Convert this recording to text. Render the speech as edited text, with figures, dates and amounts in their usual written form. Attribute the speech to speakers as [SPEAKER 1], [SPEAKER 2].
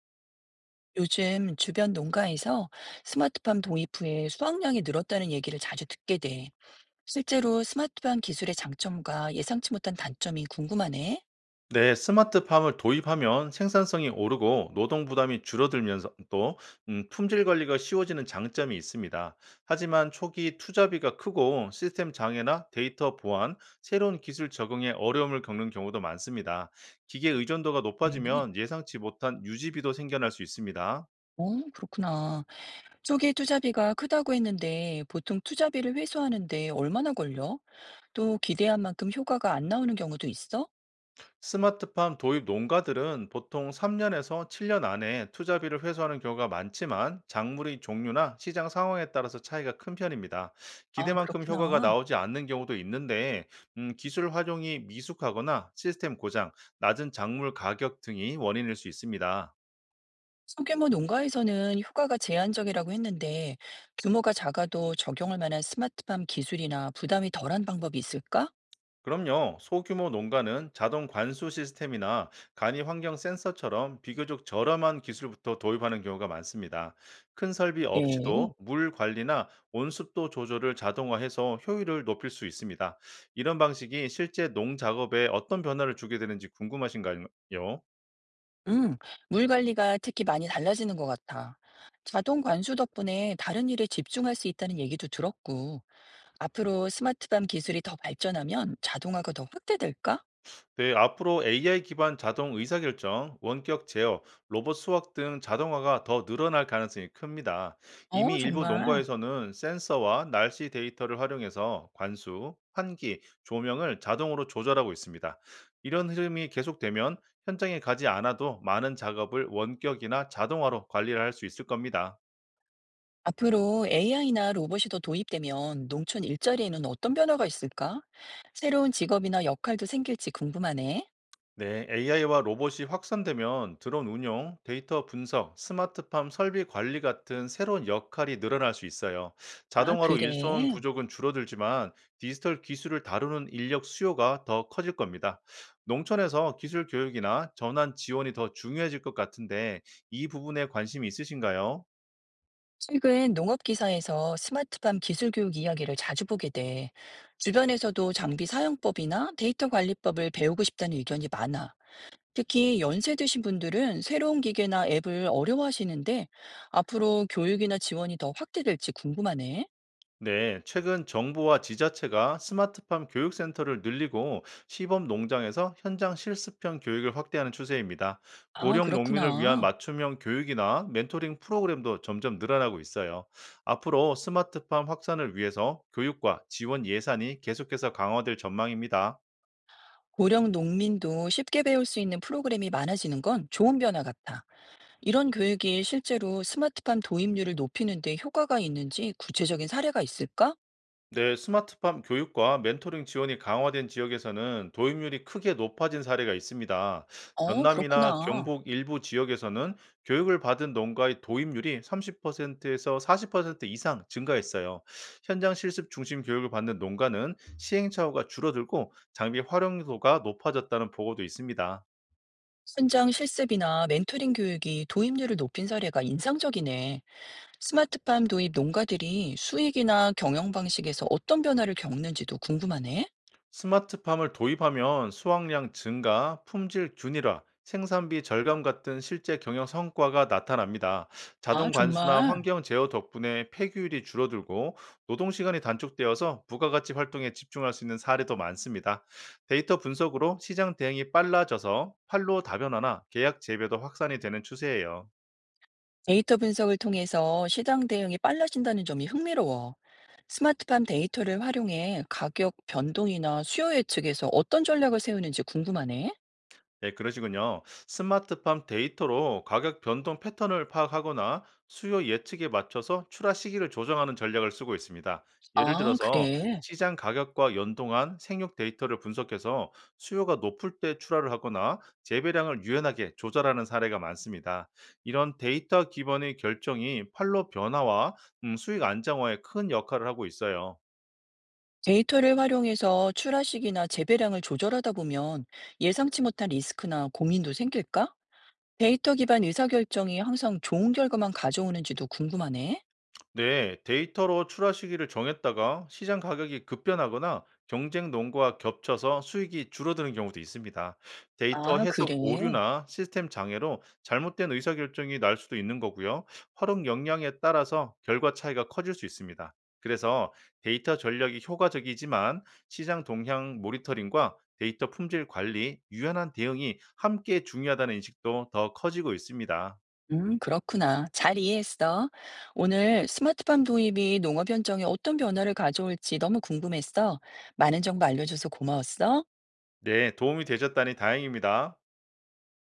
[SPEAKER 1] 요즘 주변 농가에서 스마트팜 도입 후에 수확량이 늘었다는 얘기를 자주 듣게 돼. 실제로 스마트팜 기술의 장점과 예상치 못한 단점이 궁금하네.
[SPEAKER 2] 네, 스마트팜을 도입하면 생산성이 오르고 노동 부담이 줄어들면서 또 품질 관리가 쉬워지는 장점이 있습니다. 하지만 초기 투자비가 크고 시스템 장애나 데이터 보안, 새로운 기술 적응에 어려움을 겪는 경우도 많습니다. 기계 의존도가
[SPEAKER 1] 네.
[SPEAKER 2] 높아지면 예상치 못한 유지비도 생겨날 수 있습니다.
[SPEAKER 1] 그렇구나. 초기 투자비가 크다고 했는데 보통 투자비를 회수하는데 얼마나 걸려? 또 기대한 만큼 효과가 안 나오는 경우도 있어?
[SPEAKER 2] 스마트팜 도입 농가들은 보통 3년에서 7년 안에 투자비를 회수하는 경우가 많지만 작물의 종류나 시장 상황에 따라서 차이가 큰 편입니다.
[SPEAKER 1] 아,
[SPEAKER 2] 기대만큼 효과가
[SPEAKER 1] 그렇구나.
[SPEAKER 2] 나오지 않는 경우도 있는데 기술 활용이 미숙하거나 시스템 고장, 낮은 작물 가격 등이 원인일 수 있습니다.
[SPEAKER 1] 소규모 농가에서는 효과가 제한적이라고 했는데 규모가 작아도 적용할 만한 스마트팜 기술이나 부담이 덜한 방법이 있을까?
[SPEAKER 2] 그럼요. 소규모 농가는 자동 관수 시스템이나 간이 환경 센서처럼 비교적 저렴한 기술부터 도입하는 경우가 많습니다. 큰 설비
[SPEAKER 1] 네.
[SPEAKER 2] 없이도 물 관리나 온습도 조절을 자동화해서 효율을 높일 수 있습니다. 이런 방식이 실제 농작업에 어떤 변화를 주게 되는지 궁금하신가요?
[SPEAKER 1] 음, 물 관리가 특히 많이 달라지는 것 같아. 자동 관수 덕분에 다른 일에 집중할 수 있다는 얘기도 들었고, 앞으로 스마트팜 기술이 더 발전하면 자동화가 더 확대될까?
[SPEAKER 2] 네, 앞으로 AI 기반 자동 의사결정, 원격 제어, 로봇 수학 등 자동화가 더 늘어날 가능성이 큽니다. 이미
[SPEAKER 1] 어
[SPEAKER 2] 일부
[SPEAKER 1] 정말.
[SPEAKER 2] 농가에서는 센서와 날씨 데이터를 활용해서 관수, 환기, 조명을 자동으로 조절하고 있습니다. 이런 흐름이 계속되면 현장에 가지 않아도 많은 작업을 원격이나 자동화로 관리를 할 수 있을 겁니다.
[SPEAKER 1] 앞으로 AI나 로봇이 더 도입되면 농촌 일자리에는 어떤 변화가 있을까? 새로운 직업이나 역할도 생길지 궁금하네.
[SPEAKER 2] 네, AI와 로봇이 확산되면 드론 운용, 데이터 분석, 스마트팜 설비 관리 같은 새로운 역할이 늘어날 수 있어요.
[SPEAKER 1] 아,
[SPEAKER 2] 자동화로 일손
[SPEAKER 1] 그래.
[SPEAKER 2] 부족은 줄어들지만 디지털 기술을 다루는 인력 수요가 더 커질 겁니다. 농촌에서 기술 교육이나 전환 지원이 더 중요해질 것 같은데 이 부분에 관심이 있으신가요?
[SPEAKER 1] 최근 농업 기사에서 스마트팜 기술 교육 이야기를 자주 보게 돼. 주변에서도 장비 사용법이나 데이터 관리법을 배우고 싶다는 의견이 많아. 특히 연세 드신 분들은 새로운 기계나 앱을 어려워하시는데 앞으로 교육이나 지원이 더 확대될지 궁금하네.
[SPEAKER 2] 네, 최근 정부와 지자체가 스마트팜 교육센터를 늘리고 시범 농장에서 현장 실습형 교육을 확대하는 추세입니다.
[SPEAKER 1] 아,
[SPEAKER 2] 고령 농민을 위한
[SPEAKER 1] 그렇구나.
[SPEAKER 2] 맞춤형 교육이나 멘토링 프로그램도 점점 늘어나고 있어요. 앞으로 스마트팜 확산을 위해서 교육과 지원 예산이 계속해서 강화될 전망입니다.
[SPEAKER 1] 고령 농민도 쉽게 배울 수 있는 프로그램이 많아지는 건 좋은 변화 같아. 이런 교육이 실제로 스마트팜 도입률을 높이는 데 효과가 있는지 구체적인 사례가 있을까?
[SPEAKER 2] 네, 스마트팜 교육과 멘토링 지원이 강화된 지역에서는 도입률이 크게 높아진 사례가 있습니다. 전남이나
[SPEAKER 1] 그렇구나.
[SPEAKER 2] 경북 일부 지역에서는 교육을 받은 농가의 도입률이 30%에서 40% 이상 증가했어요. 현장 실습 중심 교육을 받는 농가는 시행착오가 줄어들고 장비 활용도가 높아졌다는 보고도 있습니다.
[SPEAKER 1] 현장 실습이나 멘토링 교육이 도입률을 높인 사례가 인상적이네. 스마트팜 도입 농가들이 수익이나 경영 방식에서 어떤 변화를 겪는지도 궁금하네.
[SPEAKER 2] 스마트팜을 도입하면 수확량 증가, 품질 균일화, 생산비 절감 같은 실제 경영 성과가 나타납니다.
[SPEAKER 1] 아,
[SPEAKER 2] 자동 관수나
[SPEAKER 1] 정말.
[SPEAKER 2] 환경 제어 덕분에 폐기율이 줄어들고 노동 시간이 단축되어서 부가가치 활동에 집중할 수 있는 사례도 많습니다. 데이터 분석으로 시장 대응이 빨라져서 판로 다변화나 계약 재배도 확산이 되는 추세예요.
[SPEAKER 1] 데이터 분석을 통해서 시장 대응이 빨라진다는 점이 흥미로워. 스마트팜 데이터를 활용해 가격 변동이나 수요 예측에서 어떤 전략을 세우는지 궁금하네.
[SPEAKER 2] 네, 그러시군요. 스마트팜 데이터로 가격 변동 패턴을 파악하거나 수요 예측에 맞춰서 출하 시기를 조정하는 전략을 쓰고 있습니다. 예를
[SPEAKER 1] 아,
[SPEAKER 2] 들어서
[SPEAKER 1] 그래.
[SPEAKER 2] 시장 가격과 연동한 생육 데이터를 분석해서 수요가 높을 때 출하를 하거나 재배량을 유연하게 조절하는 사례가 많습니다. 이런 데이터 기반의 결정이 판로 변화와 수익 안정화에 큰 역할을 하고 있어요.
[SPEAKER 1] 데이터를 활용해서 출하식이나 재배량을 조절하다 보면 예상치 못한 리스크나 고민도 생길까? 데이터 기반 의사결정이 항상 좋은 결과만 가져오는지도 궁금하네.
[SPEAKER 2] 네, 데이터로 출하 시기를 정했다가 시장 가격이 급변하거나 경쟁 논과 겹쳐서 수익이 줄어드는 경우도 있습니다. 데이터
[SPEAKER 1] 아,
[SPEAKER 2] 해석
[SPEAKER 1] 그래.
[SPEAKER 2] 오류나 시스템 장애로 잘못된 의사결정이 날 수도 있는 거고요. 활용 역량에 따라서 결과 차이가 커질 수 있습니다. 그래서 데이터 전략이 효과적이지만 시장 동향 모니터링과 데이터 품질 관리, 유연한 대응이 함께 중요하다는 인식도 더 커지고 있습니다.
[SPEAKER 1] 그렇구나. 잘 이해했어. 오늘 스마트팜 도입이 농업 현장에 어떤 변화를 가져올지 너무 궁금했어. 많은 정보 알려줘서 고마웠어.
[SPEAKER 2] 네, 도움이 되셨다니 다행입니다.